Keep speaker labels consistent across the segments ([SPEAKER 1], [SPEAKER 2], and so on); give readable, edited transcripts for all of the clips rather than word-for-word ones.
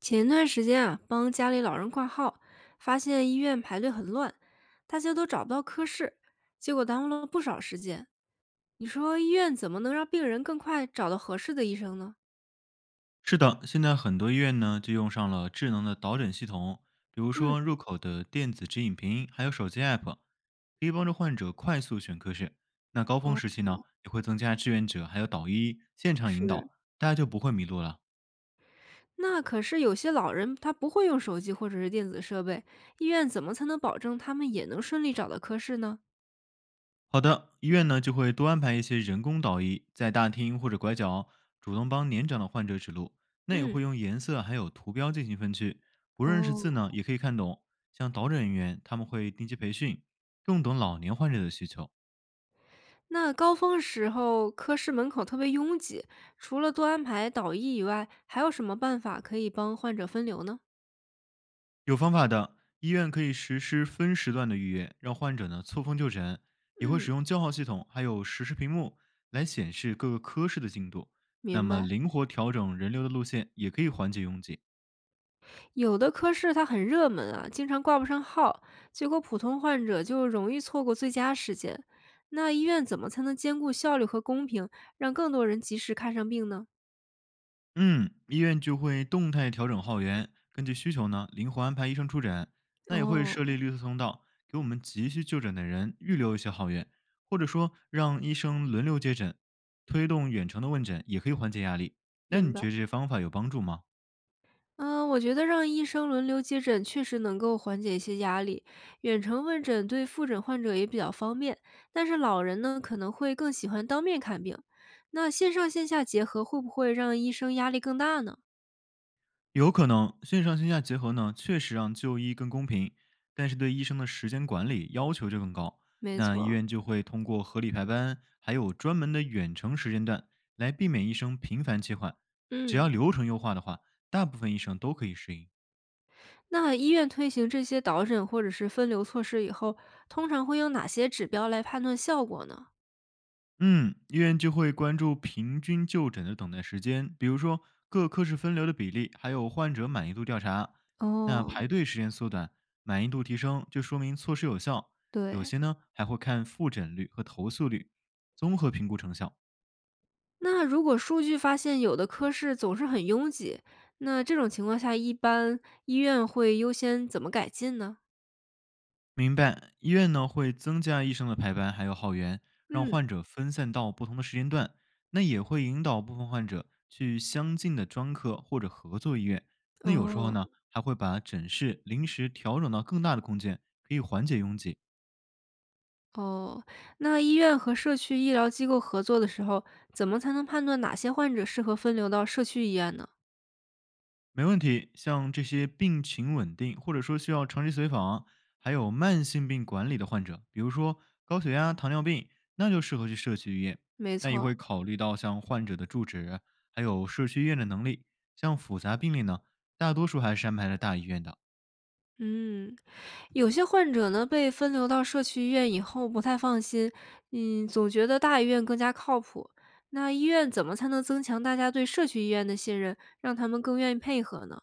[SPEAKER 1] 前段时间啊，帮家里老人挂号，发现医院排队很乱，大家都找不到科室，结果耽误了不少时间。你说医院怎么能让病人更快找到合适的医生呢？
[SPEAKER 2] 是的，现在很多医院呢就用上了智能的导诊系统，比如
[SPEAKER 1] 嗯，
[SPEAKER 2] 说入口的电子指引屏，还有手机 app，可以帮助患者快速选科室。那高峰
[SPEAKER 1] 哦，
[SPEAKER 2] 时期呢，也会增加志愿者还有导医现场引
[SPEAKER 1] 是，
[SPEAKER 2] 导，大家就不会迷路了。
[SPEAKER 1] 那可是有些老人他不会用手机或者是电子设备，医院怎么才能保证他们也能顺利找到科室呢？
[SPEAKER 2] 好的，医院呢就会多安排一些人工导医，在大厅或者拐角主动帮年长的患者指路。那也
[SPEAKER 1] 嗯，
[SPEAKER 2] 会用颜色还有图标进行分区，不认识字呢
[SPEAKER 1] 哦，
[SPEAKER 2] 也可以看懂。像导诊人员，他们会定期培训，更懂老年患者的需求。
[SPEAKER 1] 那高峰时候科室门口特别拥挤，除了多安排导医以外，还有什么办法可以帮患者分流呢？
[SPEAKER 2] 有方法的，医院可以实施分时段的预约，让患者呢错峰就诊，也会
[SPEAKER 1] 嗯，
[SPEAKER 2] 使用叫号系统，还有实时屏幕来显示各个科室的进度。那
[SPEAKER 1] 明
[SPEAKER 2] 么
[SPEAKER 1] 白。
[SPEAKER 2] 灵活调整人流的路线，也可以缓解拥挤。
[SPEAKER 1] 有的科室它很热门啊，经常挂不上号，结果普通患者就容易错过最佳时间。那医院怎么才能兼顾效率和公平，让更多人及时看上病呢？
[SPEAKER 2] 嗯，医院就会动态调整号源，根据需求呢灵活安排医生出诊。那也会设立
[SPEAKER 1] 哦，
[SPEAKER 2] 绿色通道，给我们急需就诊的人预留一些号源，或者说让医生轮流接诊，推动远程的问诊，也可以缓解压力。那
[SPEAKER 1] 明
[SPEAKER 2] 你
[SPEAKER 1] 白。
[SPEAKER 2] 觉得这些方法有帮助吗？
[SPEAKER 1] 嗯、我觉得让医生轮流接诊确实能够缓解一些压力，远程问诊对复诊患者也比较方便。但是老人呢，可能会更喜欢当面看病。那线上线下结合会不会让医生压力更大呢？
[SPEAKER 2] 有可能线上线下结合呢，确实让就医更公平，但是对医生的时间管理要求就更高。
[SPEAKER 1] 没
[SPEAKER 2] 那医
[SPEAKER 1] 错，
[SPEAKER 2] 院就会通过合理排班，还有专门的远程时间段，来避免医生频繁切换。只
[SPEAKER 1] 嗯。
[SPEAKER 2] 要流程优化的话，大部分医生都可以适应。
[SPEAKER 1] 那医院推行这些导诊或者是分流措施以后，通常会用哪些指标来判断效果呢？
[SPEAKER 2] 嗯，医院就会关注平均就诊的等待时间，比如说各科室分流的比例，还有患者满意度调查。那排
[SPEAKER 1] 哦，
[SPEAKER 2] 队时间缩短，满意度提升，就说明措施有效。有
[SPEAKER 1] 对，
[SPEAKER 2] 些呢还会看复诊率和投诉率，综合评估成效。
[SPEAKER 1] 那如果数据发现有的科室总是很拥挤，那这种情况下，一般医院会优先怎么改进呢？
[SPEAKER 2] 明白，医院呢会增加医生的排班，还有号源，让
[SPEAKER 1] 嗯，
[SPEAKER 2] 患者分散到不同的时间段。那也会引导部分患者去相近的专科或者合作医院。那有时候
[SPEAKER 1] 哦
[SPEAKER 2] 呢，还会把诊室临时调整到更大的空间，可以缓解拥挤。
[SPEAKER 1] 哦，那医院和社区医疗机构合作的时候，怎么才能判断哪些患者适合分流到社区医院呢？
[SPEAKER 2] 没问题，像这些病情稳定或者说需要长期随访，还有慢性病管理的患者，比如说高血压、糖尿病，那就适合去社区医院。
[SPEAKER 1] 没
[SPEAKER 2] 那也会
[SPEAKER 1] 错，
[SPEAKER 2] 考虑到像患者的住址，还有社区医院的能力。像复杂病例呢，大多数还是安排在大医院的。
[SPEAKER 1] 嗯。有些患者呢被分流到社区医院以后不太放心，嗯，总觉得大医院更加靠谱。那医院怎么才能增强大家对社区医院的信任，让他们更愿意配合呢？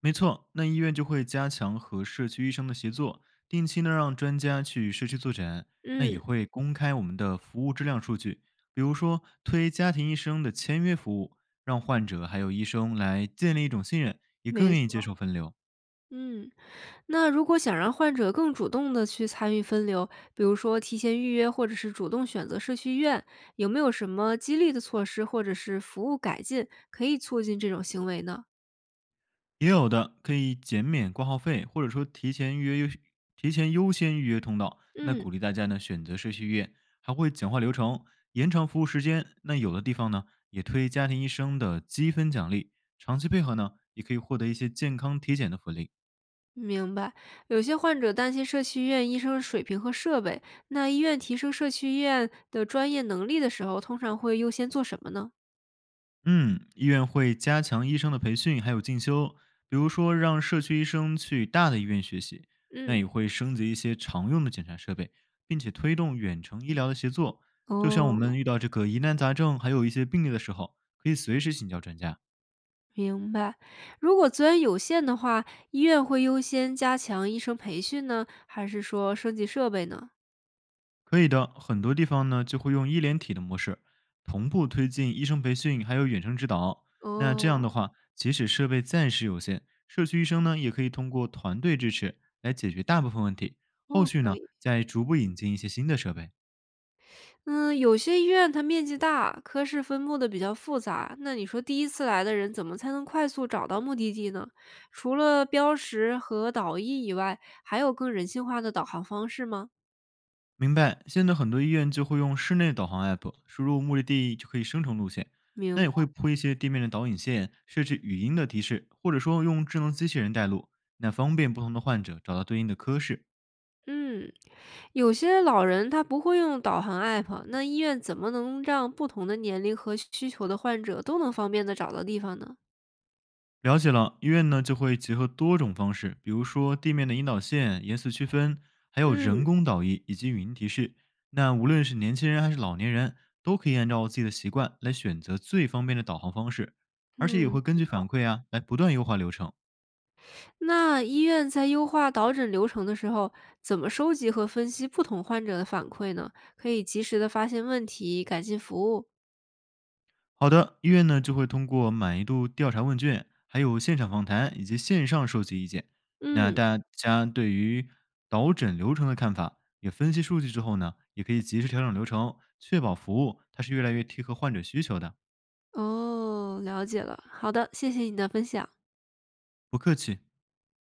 [SPEAKER 2] 没错，那医院就会加强和社区医生的协作，定期呢让专家去社区坐诊，那也
[SPEAKER 1] 嗯，
[SPEAKER 2] 会公开我们的服务质量数据，比如说推家庭医生的签约服务，让患者还有医生来建立一种信任，也更
[SPEAKER 1] 没
[SPEAKER 2] 愿意接
[SPEAKER 1] 错。
[SPEAKER 2] 受分流。
[SPEAKER 1] 嗯，那如果想让患者更主动的去参与分流，比如说提前预约或者是主动选择社区医院，有没有什么激励的措施或者是服务改进可以促进这种行为呢？
[SPEAKER 2] 也有的可以减免挂号费，或者说提前优先预约通道。那
[SPEAKER 1] 嗯。
[SPEAKER 2] 鼓励大家呢选择社区医院，还会简化流程，延长服务时间。那有的地方呢也推家庭医生的积分奖励，长期配合呢也可以获得一些健康体检的福利。
[SPEAKER 1] 明白，有些患者担心社区医院医生水平和设备，那医院提升社区医院的专业能力的时候，通常会优先做什么呢？
[SPEAKER 2] 嗯，医院会加强医生的培训，还有进修，比如说让社区医生去大的医院学习，那
[SPEAKER 1] 嗯，
[SPEAKER 2] 也会升级一些常用的检查设备，并且推动远程医疗的协作。就像我们
[SPEAKER 1] 哦，
[SPEAKER 2] 遇到这个疑难杂症，还有一些病例的时候，可以随时请教专家。
[SPEAKER 1] 明白。如果资源有限的话，医院会优先加强医生培训呢，还是说升级设备呢？
[SPEAKER 2] 可以的，很多地方呢就会用医联体的模式，同步推进医生培训，还有远程指导。那这样
[SPEAKER 1] 哦，
[SPEAKER 2] 的话，即使设备暂时有限，社区医生呢也可以通过团队支持来解决大部分问题。后
[SPEAKER 1] 哦，
[SPEAKER 2] 续
[SPEAKER 1] 可
[SPEAKER 2] 呢，
[SPEAKER 1] 以。
[SPEAKER 2] 再逐步引进一些新的设备。
[SPEAKER 1] 嗯，有些医院它面积大，科室分布的比较复杂，那你说第一次来的人怎么才能快速找到目的地呢？除了标识和导医以外，还有更人性化的导航方式吗？
[SPEAKER 2] 明白，现在很多医院就会用室内导航 app，输入目的地就可以生成路线。那
[SPEAKER 1] 明
[SPEAKER 2] 也会
[SPEAKER 1] 白。
[SPEAKER 2] 铺一些地面的导引线，设置语音的提示，或者说用智能机器人带路，那方便不同的患者找到对应的科室。
[SPEAKER 1] 嗯，有些老人他不会用导航 app，那医院怎么能让不同的年龄和需求的患者都能方便的找到地方呢？
[SPEAKER 2] 了解了，医院呢就会结合多种方式，比如说地面的引导线、颜色区分，还有
[SPEAKER 1] 嗯
[SPEAKER 2] 人工导医以及语音提示。那无论是年轻人还是老年人，都可以按照自己的习惯来选择最方便的导航方式，而且也
[SPEAKER 1] 嗯，
[SPEAKER 2] 会根据反馈啊来不断优化流程。
[SPEAKER 1] 那医院在优化导诊流程的时候，怎么收集和分析不同患者的反馈呢？可以及时的发现问题，改进服务。
[SPEAKER 2] 好的，医院呢就会通过满意度调查问卷，还有现场访谈以及线上收集意见。那
[SPEAKER 1] 嗯，
[SPEAKER 2] 大家对于导诊流程的看法，也分析数据之后呢，也可以及时调整流程，确保服务它是越来越贴合患者需求的。
[SPEAKER 1] 哦，了解了。好的，谢谢你的分享。
[SPEAKER 2] 不客气。